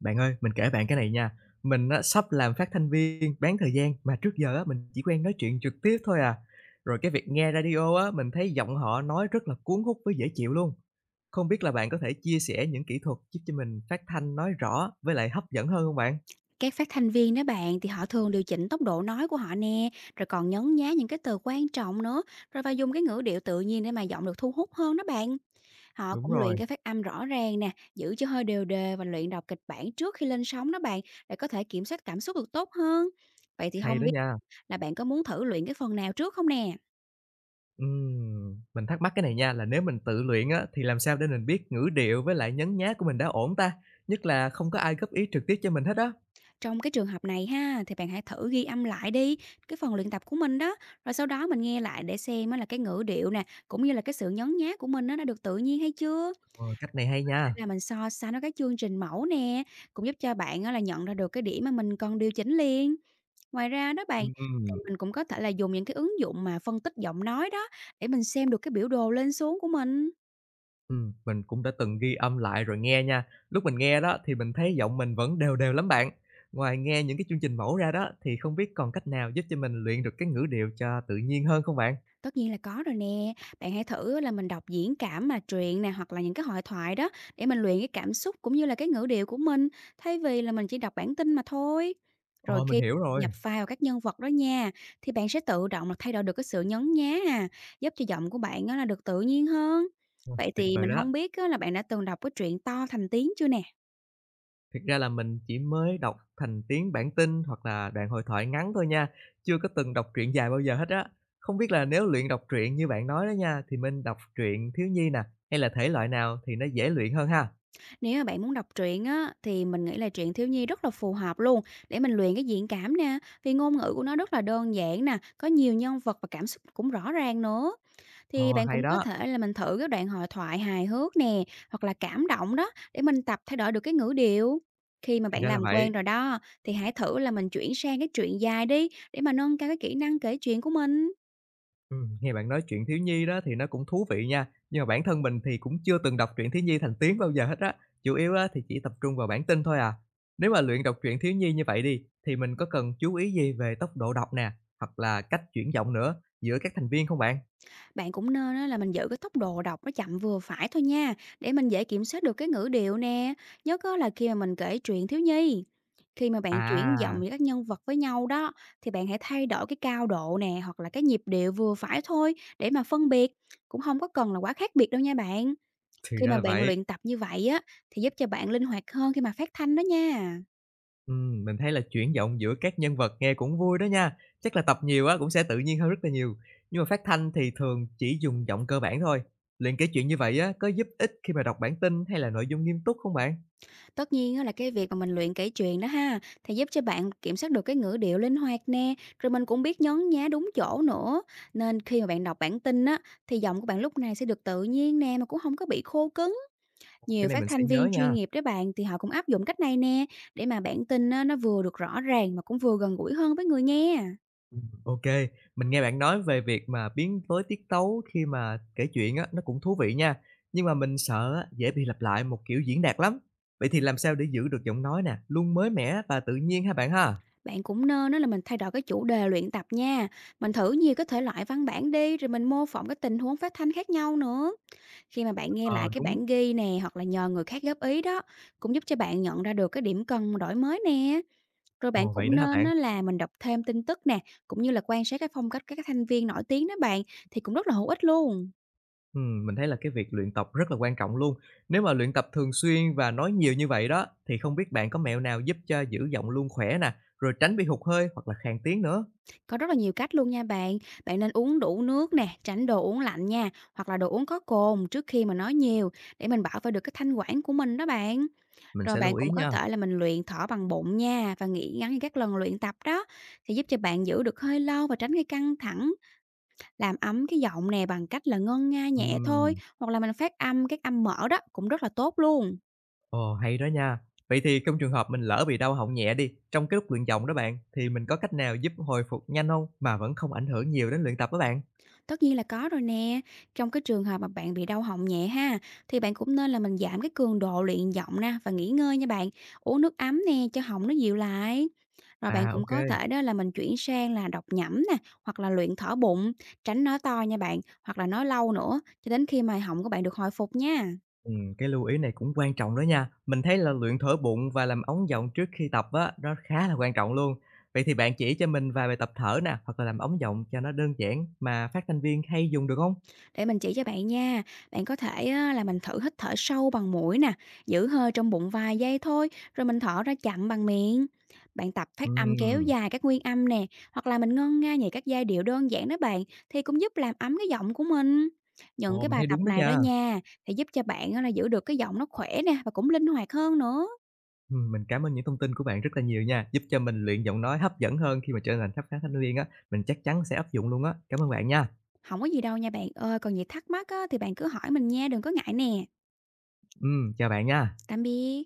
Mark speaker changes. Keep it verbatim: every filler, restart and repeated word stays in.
Speaker 1: Bạn ơi, mình kể bạn cái này nha. Mình á, sắp làm phát thanh viên bán thời gian mà trước giờ á, mình chỉ quen nói chuyện trực tiếp thôi à. Rồi cái việc nghe radio á, mình thấy giọng họ nói rất là cuốn hút với dễ chịu luôn. Không biết là bạn có thể chia sẻ những kỹ thuật giúp cho mình phát thanh nói rõ với lại hấp dẫn hơn không bạn?
Speaker 2: Các phát thanh viên đó bạn thì họ thường điều chỉnh tốc độ nói của họ nè, rồi còn nhấn nhá những cái từ quan trọng nữa, rồi và dùng cái ngữ điệu tự nhiên để mà giọng được thu hút hơn đó bạn. Họ
Speaker 1: Đúng
Speaker 2: cũng luyện
Speaker 1: rồi,
Speaker 2: cái phát âm rõ ràng nè, giữ cho hơi đều đều và luyện đọc kịch bản trước khi lên sóng đó bạn, để có thể kiểm soát cảm xúc được tốt hơn. Vậy thì
Speaker 1: hay
Speaker 2: không
Speaker 1: đó
Speaker 2: biết
Speaker 1: nha.
Speaker 2: là bạn có muốn thử luyện cái phần nào trước không nè?
Speaker 1: Ừm, mình thắc mắc cái này nha, là nếu mình tự luyện á, thì làm sao để mình biết ngữ điệu với lại nhấn nhá của mình đã ổn ta? Nhất là không có ai góp ý trực tiếp cho mình hết á.
Speaker 2: Trong cái trường hợp này ha, thì bạn hãy thử ghi âm lại đi cái phần luyện tập của mình đó, rồi sau đó mình nghe lại để xem á, là cái ngữ điệu nè, cũng như là cái sự nhấn nhá của mình nó đã được tự nhiên hay chưa.
Speaker 1: Ờ, cách này hay nha.
Speaker 2: Là mình so sánh với các chương trình mẫu nè, cũng giúp cho bạn á, là nhận ra được cái điểm mà mình cần điều chỉnh liền. Ngoài ra đó bạn,
Speaker 1: Ừm.
Speaker 2: thì mình cũng có thể là dùng những cái ứng dụng mà phân tích giọng nói đó, để mình xem được cái biểu đồ lên xuống của mình.
Speaker 1: Ừm, mình cũng đã từng ghi âm lại rồi nghe nha. Lúc mình nghe đó thì mình thấy giọng mình vẫn đều đều lắm bạn. Ngoài nghe những cái chương trình mẫu ra đó thì không biết còn cách nào giúp cho mình luyện được cái ngữ điệu cho tự nhiên hơn không bạn?
Speaker 2: Tất nhiên là có rồi nè. Bạn hãy thử là mình đọc diễn cảm mà truyện nè, hoặc là những cái hội thoại đó để mình luyện cái cảm xúc, cũng như là cái ngữ điệu của mình, thay vì là mình chỉ đọc bản tin mà thôi. Rồi
Speaker 1: Ồ, mình
Speaker 2: khi
Speaker 1: hiểu
Speaker 2: nhập
Speaker 1: rồi.
Speaker 2: file vào các nhân vật đó nha, thì bạn sẽ tự động là thay đổi được cái sự nhấn nhá à, giúp cho giọng của bạn á là được tự nhiên hơn.
Speaker 1: Ồ,
Speaker 2: Vậy
Speaker 1: tuyệt
Speaker 2: thì
Speaker 1: vời
Speaker 2: mình
Speaker 1: đó.
Speaker 2: không biết á, là bạn đã từng đọc cái truyện to thành tiếng chưa nè?
Speaker 1: Thực ra là mình chỉ mới đọc thành tiếng bản tin hoặc là đoạn hội thoại ngắn thôi nha, chưa có từng đọc truyện dài bao giờ hết á. Không biết là nếu luyện đọc truyện như bạn nói đó nha thì mình đọc truyện thiếu nhi nè, hay là thể loại nào thì nó dễ luyện hơn ha?
Speaker 2: Nếu mà bạn muốn đọc truyện á, thì mình nghĩ là truyện thiếu nhi rất là phù hợp luôn để mình luyện cái diễn cảm nè, vì ngôn ngữ của nó rất là đơn giản nè, có nhiều nhân vật và cảm xúc cũng rõ ràng nữa. Thì
Speaker 1: Ồ,
Speaker 2: bạn
Speaker 1: hay
Speaker 2: cũng có
Speaker 1: đó,
Speaker 2: thể là mình thử cái đoạn hội thoại hài hước nè, hoặc là cảm động đó để mình tập thay đổi được cái ngữ điệu. Khi mà
Speaker 1: thì
Speaker 2: bạn
Speaker 1: ra là
Speaker 2: làm
Speaker 1: vậy.
Speaker 2: quen rồi đó, thì hãy thử là mình chuyển sang cái truyện dài đi, để mà nâng cao cái kỹ năng kể chuyện của mình.
Speaker 1: Ừm, nghe bạn nói chuyện thiếu nhi đó thì nó cũng thú vị nha, nhưng mà bản thân mình thì cũng chưa từng đọc truyện thiếu nhi thành tiếng bao giờ hết á, chủ yếu á thì chỉ tập trung vào bản tin thôi à. Nếu mà luyện đọc truyện thiếu nhi như vậy đi, thì mình có cần chú ý gì về tốc độ đọc nè, hoặc là cách chuyển giọng nữa giữa các thành viên không bạn?
Speaker 2: Bạn cũng nên á là mình giữ cái tốc độ đọc nó chậm vừa phải thôi nha, để mình dễ kiểm soát được cái ngữ điệu nè, nhất á là khi mà mình kể truyện thiếu nhi. Khi mà bạn chuyển
Speaker 1: À,
Speaker 2: giọng giữa các nhân vật với nhau đó, thì bạn hãy thay đổi cái cao độ nè, hoặc là cái nhịp điệu vừa phải thôi để mà phân biệt, cũng không có cần là quá khác biệt đâu nha bạn.
Speaker 1: thì
Speaker 2: Khi
Speaker 1: ra
Speaker 2: mà
Speaker 1: là
Speaker 2: bạn
Speaker 1: vậy.
Speaker 2: luyện tập như vậy á, thì giúp cho bạn linh hoạt hơn khi mà phát thanh đó nha.
Speaker 1: Ừm, mình thấy là chuyển giọng giữa các nhân vật nghe cũng vui đó nha. Chắc là tập nhiều á cũng sẽ tự nhiên hơn rất là nhiều. Nhưng mà phát thanh thì thường chỉ dùng giọng cơ bản thôi. Luyện kể chuyện như vậy á có giúp ích khi mà đọc bản tin hay là nội dung nghiêm túc không bạn?
Speaker 2: Tất nhiên á là cái việc mà mình luyện kể chuyện đó ha, thì giúp cho bạn kiểm soát được cái ngữ điệu linh hoạt nè, rồi mình cũng biết nhấn nhá đúng chỗ nữa. Nên khi mà bạn đọc bản tin á, thì giọng của bạn lúc này sẽ được tự nhiên nè, mà cũng không có bị khô cứng.
Speaker 1: Cái
Speaker 2: Nhiều
Speaker 1: này
Speaker 2: phát
Speaker 1: mình sẽ
Speaker 2: thanh
Speaker 1: nhớ
Speaker 2: viên chuyên
Speaker 1: nha.
Speaker 2: nghiệp đấy bạn, thì họ cũng áp dụng cách này nè, để mà bản tin á, nó vừa được rõ ràng mà cũng vừa gần gũi hơn với người nghe.
Speaker 1: Ừm, Ok, mình nghe bạn nói về việc mà biến tối tiết tấu khi mà kể chuyện á nó cũng thú vị nha. Nhưng mà mình sợ á, dễ bị lặp lại một kiểu diễn đạt lắm. Vậy thì làm sao để giữ được giọng nói nè, luôn mới mẻ và tự nhiên ha bạn ha?
Speaker 2: Bạn cũng nên đó là mình thay đổi cái chủ đề luyện tập nha. Mình thử nhiều cái thể loại văn bản đi, rồi mình mô phỏng cái tình huống phát thanh khác nhau nữa. Khi mà bạn nghe
Speaker 1: Ờ
Speaker 2: lại cái
Speaker 1: đúng.
Speaker 2: bản ghi nè, hoặc là nhờ người khác góp ý đó, cũng giúp cho bạn nhận ra được cái điểm cần đổi mới nè. Rồi bạn
Speaker 1: Ồ vậy
Speaker 2: cũng
Speaker 1: nữa hả
Speaker 2: nên
Speaker 1: bạn?
Speaker 2: á là mình đọc thêm tin tức nè, cũng như là quan sát cái phong cách các thành viên nổi tiếng đó bạn, thì cũng rất là hữu ích luôn.
Speaker 1: Ừm, mình thấy là cái việc luyện tập rất là quan trọng luôn. Nếu mà luyện tập thường xuyên và nói nhiều như vậy đó, thì không biết bạn có mẹo nào giúp cho giữ giọng luôn khỏe nè, rồi tránh bị hụt hơi hoặc là khàn tiếng nữa?
Speaker 2: Có rất là nhiều cách luôn nha bạn. Bạn nên uống đủ nước nè, tránh đồ uống lạnh nha, hoặc là đồ uống có cồn trước khi mà nói nhiều, để mình bảo vệ được cái thanh quản của mình đó bạn.
Speaker 1: Mình
Speaker 2: Rồi
Speaker 1: sẽ lưu
Speaker 2: bạn
Speaker 1: ý
Speaker 2: cũng có
Speaker 1: nha.
Speaker 2: thể là mình luyện thở bằng bụng nha, và nghỉ ngắn những các lần luyện tập đó, thì giúp cho bạn giữ được hơi lâu và tránh gây căng thẳng. Làm ấm cái giọng nè bằng cách là ngân nga nhẹ thôi,
Speaker 1: Ừm,
Speaker 2: hoặc là mình phát âm các âm mở đó cũng rất là tốt luôn.
Speaker 1: ồ, hay đó nha. Vậy thì trong trường hợp mình lỡ bị đau họng nhẹ đi, trong cái lúc luyện giọng đó bạn, thì mình có cách nào giúp hồi phục nhanh không mà vẫn không ảnh hưởng nhiều đến luyện tập á bạn?
Speaker 2: Tất nhiên là có rồi nè. Trong cái trường hợp mà bạn bị đau họng nhẹ ha, thì bạn cũng nên là mình giảm cái cường độ luyện giọng nè và nghỉ ngơi nha bạn. Uống nước ấm nè cho họng nó dịu lại. Rồi bạn
Speaker 1: À,
Speaker 2: cũng
Speaker 1: ok.
Speaker 2: có thể đó là mình chuyển sang là đọc nhẩm nè, hoặc là luyện thở bụng, tránh nói to nha bạn, hoặc là nói lâu nữa cho đến khi mà họng của bạn được hồi phục nha.
Speaker 1: Ừm, cái lưu ý này cũng quan trọng đó nha. Mình thấy là luyện thở bụng và làm ống giọng trước khi tập á, nó khá là quan trọng luôn. Vậy thì bạn chỉ cho mình vài bài tập thở nè, hoặc là làm ống giọng cho nó đơn giản mà phát thanh viên hay dùng được không?
Speaker 2: Để mình chỉ cho bạn nha, bạn có thể á, là mình thử hít thở sâu bằng mũi nè, giữ hơi trong bụng vài giây thôi, rồi mình thở ra chậm bằng miệng. Bạn tập phát âm kéo
Speaker 1: Ừm,
Speaker 2: dài các nguyên âm nè, hoặc là mình ngân nga nhảy các giai điệu đơn giản đó bạn, thì cũng giúp làm ấm cái giọng của mình. Những
Speaker 1: ồ,
Speaker 2: cái
Speaker 1: mình
Speaker 2: bài
Speaker 1: thấy
Speaker 2: tập
Speaker 1: đúng đó
Speaker 2: này đó
Speaker 1: nha.
Speaker 2: nha, thì giúp cho bạn á, là giữ được cái giọng nó khỏe nè và cũng linh hoạt hơn nữa.
Speaker 1: Ừm, mình cảm ơn những thông tin của bạn rất là nhiều nha, giúp cho mình luyện giọng nói hấp dẫn hơn khi mà trở thành phát phát thanh viên á. Mình chắc chắn sẽ áp dụng luôn á. Cảm ơn bạn nha.
Speaker 2: Không có gì đâu nha bạn ơi, còn gì thắc mắc á, thì bạn cứ hỏi mình nha, đừng có ngại nè.
Speaker 1: Ừm, chào bạn nha.
Speaker 2: Tạm biệt.